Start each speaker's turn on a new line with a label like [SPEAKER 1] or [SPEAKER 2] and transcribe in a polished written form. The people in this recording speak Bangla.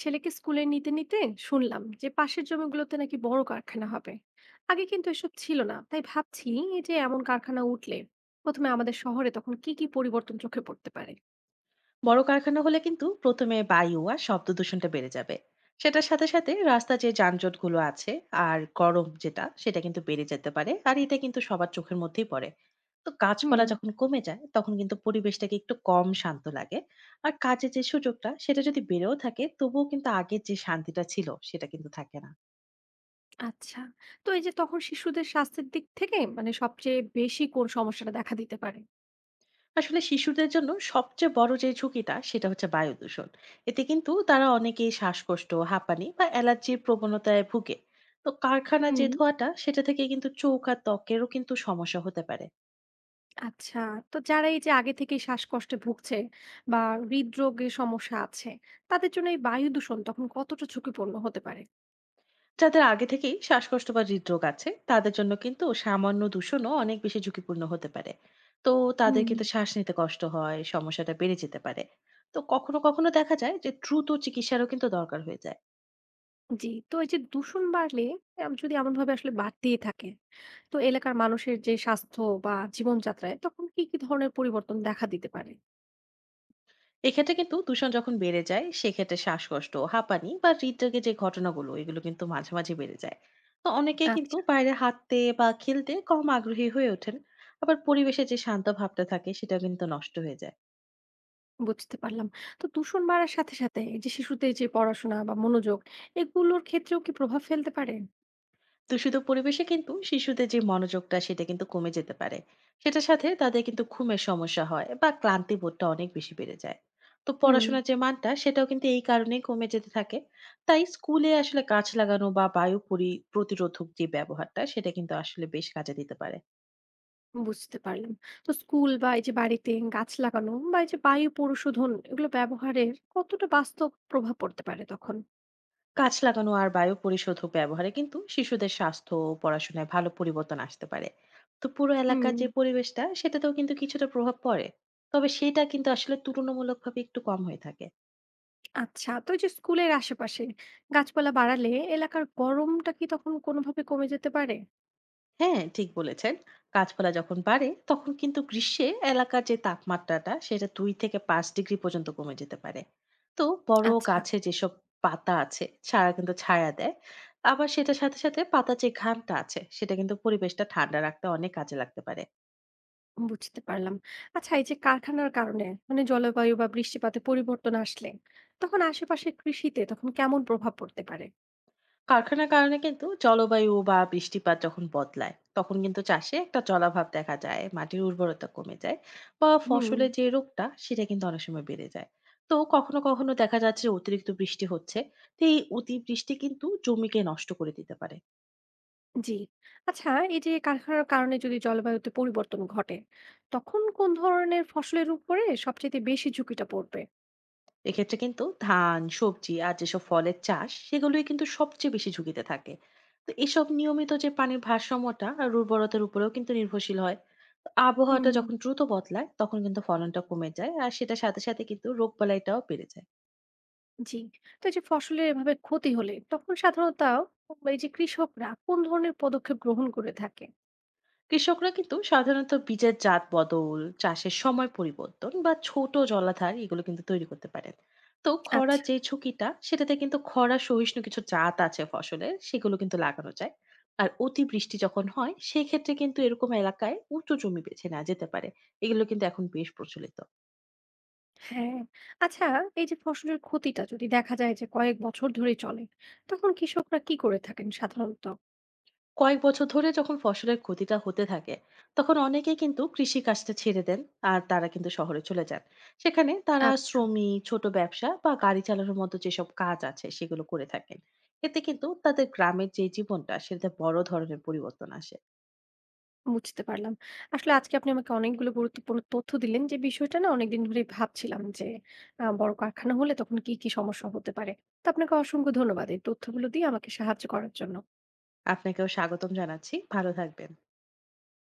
[SPEAKER 1] ছেলেকে স্কুলে নিতে নিতে শুনলাম যে পাশের জমিগুলোতে নাকি বড় কারখানা হবে। আগে কিন্তু এসব ছিল না, তাই ভাবছি এই যে এমন কারখানা উঠলে প্রথমে আমাদের শহরে তখন কি কি পরিবর্তন চোখে পড়তে পারে?
[SPEAKER 2] বড় কারখানা হলে কিন্তু প্রথমে বায়ু আর শব্দ দূষণটা বেড়ে যাবে। সেটার সাথে সাথে রাস্তা যে যানজটগুলো আছে আর গরম যেটা সেটা কিন্তু বেড়ে যেতে পারে, আর এটা কিন্তু সবার চোখের মধ্যেই পড়ে। তো
[SPEAKER 1] হুম।
[SPEAKER 2] গাছপালা যখন কমে যায় তখন কিন্তু পরিবেশটাকে একটু কম শান্ত লাগে। আর কাজের যে সুযোগটা সেটা যদি বেড়েও থাকে তবুও কিন্তু আগের যে শান্তিটা ছিল সেটা কিন্তু থাকে না।
[SPEAKER 1] আচ্ছা, তো এই যে তখন শিশুদের স্বাস্থ্যের দিক থেকে মানে সবচেয়ে বেশি কোন সমস্যাটা দেখা দিতে পারে?
[SPEAKER 2] আসলে শিশুদের জন্য সবচেয়ে বড় যে ঝুঁকিটা সেটা হচ্ছে বায়ু দূষণ। এতে কিন্তু তারা অনেকেই শ্বাসকষ্ট, হাঁপানি বা অ্যালার্জির প্রবণতায় ভুগে। তো কারখানার যে
[SPEAKER 1] হুম।
[SPEAKER 2] ধোঁয়াটা সেটা থেকে কিন্তু চোখ আর ত্বকেরও কিন্তু সমস্যা হতে পারে।
[SPEAKER 1] আচ্ছা, তো যারা এই যে আগে থেকেই শ্বাসকষ্টে ভুগছে বা হৃদরোগের সমস্যা আছে, তাদের জন্য এই বায়ু দূষণ তখন কতটা ঝুঁকিপূর্ণ হতে পারে?
[SPEAKER 2] যাদের আগে থেকেই শ্বাসকষ্ট বা হৃদরোগ আছে তাদের জন্য কিন্তু সামান্য দূষণও অনেক বেশি ঝুঁকিপূর্ণ হতে পারে। তো তাদের
[SPEAKER 1] হুম।
[SPEAKER 2] কিন্তু শ্বাস নিতে কষ্ট হয়, সমস্যাটা বেড়ে যেতে পারে। তো কখনো কখনো দেখা যায় যে দ্রুত চিকিৎসারও কিন্তু দরকার হয়ে যায়।
[SPEAKER 1] জি, তো এই যে দূষণ বাড়লে যদি এমনভাবে আসলে বাড়তেই থাকে, তো এলাকার মানুষের যে স্বাস্থ্য বা জীবনযাত্রায় তখন কি, কি ধরনের পরিবর্তন দেখা দিতে পারে?
[SPEAKER 2] এক্ষেত্রে কিন্তু দূষণ যখন বেড়ে যায় সেক্ষেত্রে শ্বাসকষ্ট, হাঁপানি বা হৃদরোগের যে ঘটনাগুলো এগুলো কিন্তু মাঝে মাঝে বেড়ে যায়। তো অনেকে কিন্তু
[SPEAKER 1] আচ্ছা,
[SPEAKER 2] বাইরে হাঁটতে বা খেলতে কম আগ্রহী হয়ে ওঠেন। আবার পরিবেশে যে শান্ত ভাবটা থাকে সেটা কিন্তু নষ্ট হয়ে যায়।
[SPEAKER 1] বুঝতে পারলাম। তো দূষণ বাড়ার সাথে, সাথে এই যে শিশুদের যে পড়াশোনা বা মনোযোগ এগুলোর ক্ষেত্রেও কি প্রভাব ফেলতে পারে?
[SPEAKER 2] দূষিত পরিবেশে কিন্তু শিশুদের যে মনোযোগটা সেটা কিন্তু কমে যেতে পারে। সেটার সাথে তাদের কিন্তু ঘুমের সমস্যা হয় বা ক্লান্তি বোধটা অনেক বেশি বেড়ে যায়। তো
[SPEAKER 1] হুম,
[SPEAKER 2] পড়াশোনার যে মানটা সেটাও কিন্তু এই কারণেই কমে যেতে থাকে। তাই স্কুলে আসলে গাছ লাগানো বা বায়ু প্রতিরোধক যে ব্যবহারটা সেটা কিন্তু আসলে বেশ কাজে দিতে পারে।
[SPEAKER 1] বুঝতে পারলাম। তো স্কুল বা এই যে বাড়িতে গাছ লাগানো বা এই যে বায়ু পরিশোধন এগুলো ব্যবহারের কতটা বাস্তব প্রভাব পড়তে পারে তখন?
[SPEAKER 2] গাছ লাগানো আর বায়ু পরিশোধক ব্যবহারে কিন্তু শিশুদের স্বাস্থ্য ও পড়াশোনায় ভালো পরিবর্তন আসতে পারে। তো পুরো এলাকার
[SPEAKER 1] হুম।
[SPEAKER 2] যে পরিবেশটা সেটাতেও কিন্তু কিছুটা প্রভাব পড়ে। তবে সেটা কিন্তু আসলে তুলনামূলকভাবে একটু কম হয়ে থাকে।
[SPEAKER 1] আচ্ছা, তো এই যে স্কুলের আশেপাশে গাছপালা বাড়ালে এলাকার গরমটা কি তখন কোনোভাবে কমে যেতে পারে?
[SPEAKER 2] হ্যাঁ, ঠিক বলেছেন। গাছপালা যখন বাড়ে তখন কিন্তু গ্রীষ্মে এলাকার যে তাপমাত্রাটা সেটা 2 থেকে 5 ডিগ্রি পর্যন্ত কমে যেতে পারে। তো বড়
[SPEAKER 1] আচ্ছা,
[SPEAKER 2] গাছে যেসব পাতা আছে ছায়া কিন্তু ছায়া দেয়। আবার সেটার সাথে সাথে পাতা যে ঘামটা আছে সেটা কিন্তু পরিবেশটা ঠান্ডা রাখতে অনেক কাজে লাগতে পারে।
[SPEAKER 1] বুঝতে পারলাম। আচ্ছা, এই যে কারখানার কারণে মানে জলবায়ু বা বৃষ্টিপাতে পরিবর্তন আসলে তখন আশেপাশে কৃষিতে তখন কেমন প্রভাব পড়তে পারে?
[SPEAKER 2] কারখানার কারণে কিন্তু জলবায়ু বা বৃষ্টিপাত যখন বদলায় তখন কিন্তু চাষে একটা জলাভাব দেখা যায়, মাটির উর্বরতা কমে যায়। বা
[SPEAKER 1] হুম।
[SPEAKER 2] ফসলের যে রোগটা সেটা কিন্তু অনেক সময় বেড়ে যায়। তো কখনো কখনো দেখা যাচ্ছে যে অতিরিক্ত বৃষ্টি হচ্ছে। তো এই অতিবৃষ্টি কিন্তু জমিকে নষ্ট করে দিতে পারে।
[SPEAKER 1] জি। আচ্ছা, এই যে কারখানার কারণে যদি জলবায়ুতে পরিবর্তন ঘটে তখন কোন ধরনের ফসলের উপরে সবচেয়ে বেশি ঝুঁকিটা পড়বে?
[SPEAKER 2] এক্ষেত্রে কিন্তু ধান, সবজি আর যেসব ফলের চাষ সেগুলোই কিন্তু সবচেয়ে বেশি ঝুঁকিতে থাকে। তো এসব নিয়মিত যে পানির ভারসাম্যটা আর উর্বরতার উপরেও কিন্তু নির্ভরশীল হয়। আবহাওয়াটা
[SPEAKER 1] হুম।
[SPEAKER 2] যখন দ্রুত বদলায় তখন কিন্তু ফলনটা কমে যায় আর সেটার সাথে সাথে কিন্তু রোগবালাইটাও বেড়ে যায়।
[SPEAKER 1] জি। তো এই যে ফসলের এভাবে ক্ষতি হলে তখন সাধারণত এই যে কৃষকরা কোন ধরনের পদক্ষেপ গ্রহণ করে থাকে?
[SPEAKER 2] কৃষকরা কিন্তু সাধারণত বীজের জাত বদল, চাষের সময় পরিবর্তন বা ছোট জলাধার এগুলো কিন্তু তৈরি করতে পারেন। তো খরার
[SPEAKER 1] আচ্ছা।
[SPEAKER 2] যে ঝুঁকিটা সেটাতে কিন্তু খরা সহিষ্ণু কিছু জাত আছে ফসলের, সেগুলো কিন্তু লাগানো যায়। আর অতিবৃষ্টি যখন হয় সেক্ষেত্রে কিন্তু এরকম এলাকায় উঁচু জমি বেছে নেওয়া যেতে পারে। এগুলো কিন্তু এখন বেশ প্রচলিত।
[SPEAKER 1] হ্যাঁ। আচ্ছা, এই যে ফসলের ক্ষতিটা যদি দেখা যায় যে কয়েক বছর ধরে চলে তখন কৃষকরা কি করে থাকেন সাধারণত?
[SPEAKER 2] কয়েক বছর ধরে যখন ফসলের ক্ষতিটা হতে থাকে তখন অনেকেই কিন্তু কৃষি কাজটা ছেড়ে দেন। আর তারা কিন্তু শহরে চলে যান। সেখানে তারা
[SPEAKER 1] আচ্ছা,
[SPEAKER 2] শ্রমিক, ছোট ব্যবসা বা গাড়ি চালানোর মতো যেসব কাজ আছে সেগুলো করে থাকেন। এতে কিন্তু তাদের গ্রামের যে জীবনটা সেটাতে বড় ধরনের পরিবর্তন আসে।
[SPEAKER 1] বুঝতে পারলাম। আসলে আজকে আপনি আমাকে অনেকগুলো গুরুত্বপূর্ণ তথ্য দিলেন যে বিষয়টা না অনেকদিন ধরেই ভাবছিলাম যে বড় কারখানা হলে তখন কি, কি সমস্যা হতে পারে। তো আপনাকে অসংখ্য ধন্যবাদ এই তথ্যগুলো দিয়ে আমাকে সাহায্য করার জন্য।
[SPEAKER 2] আপনাকেও স্বাগতম জানাচ্ছি, ভালো থাকবেন।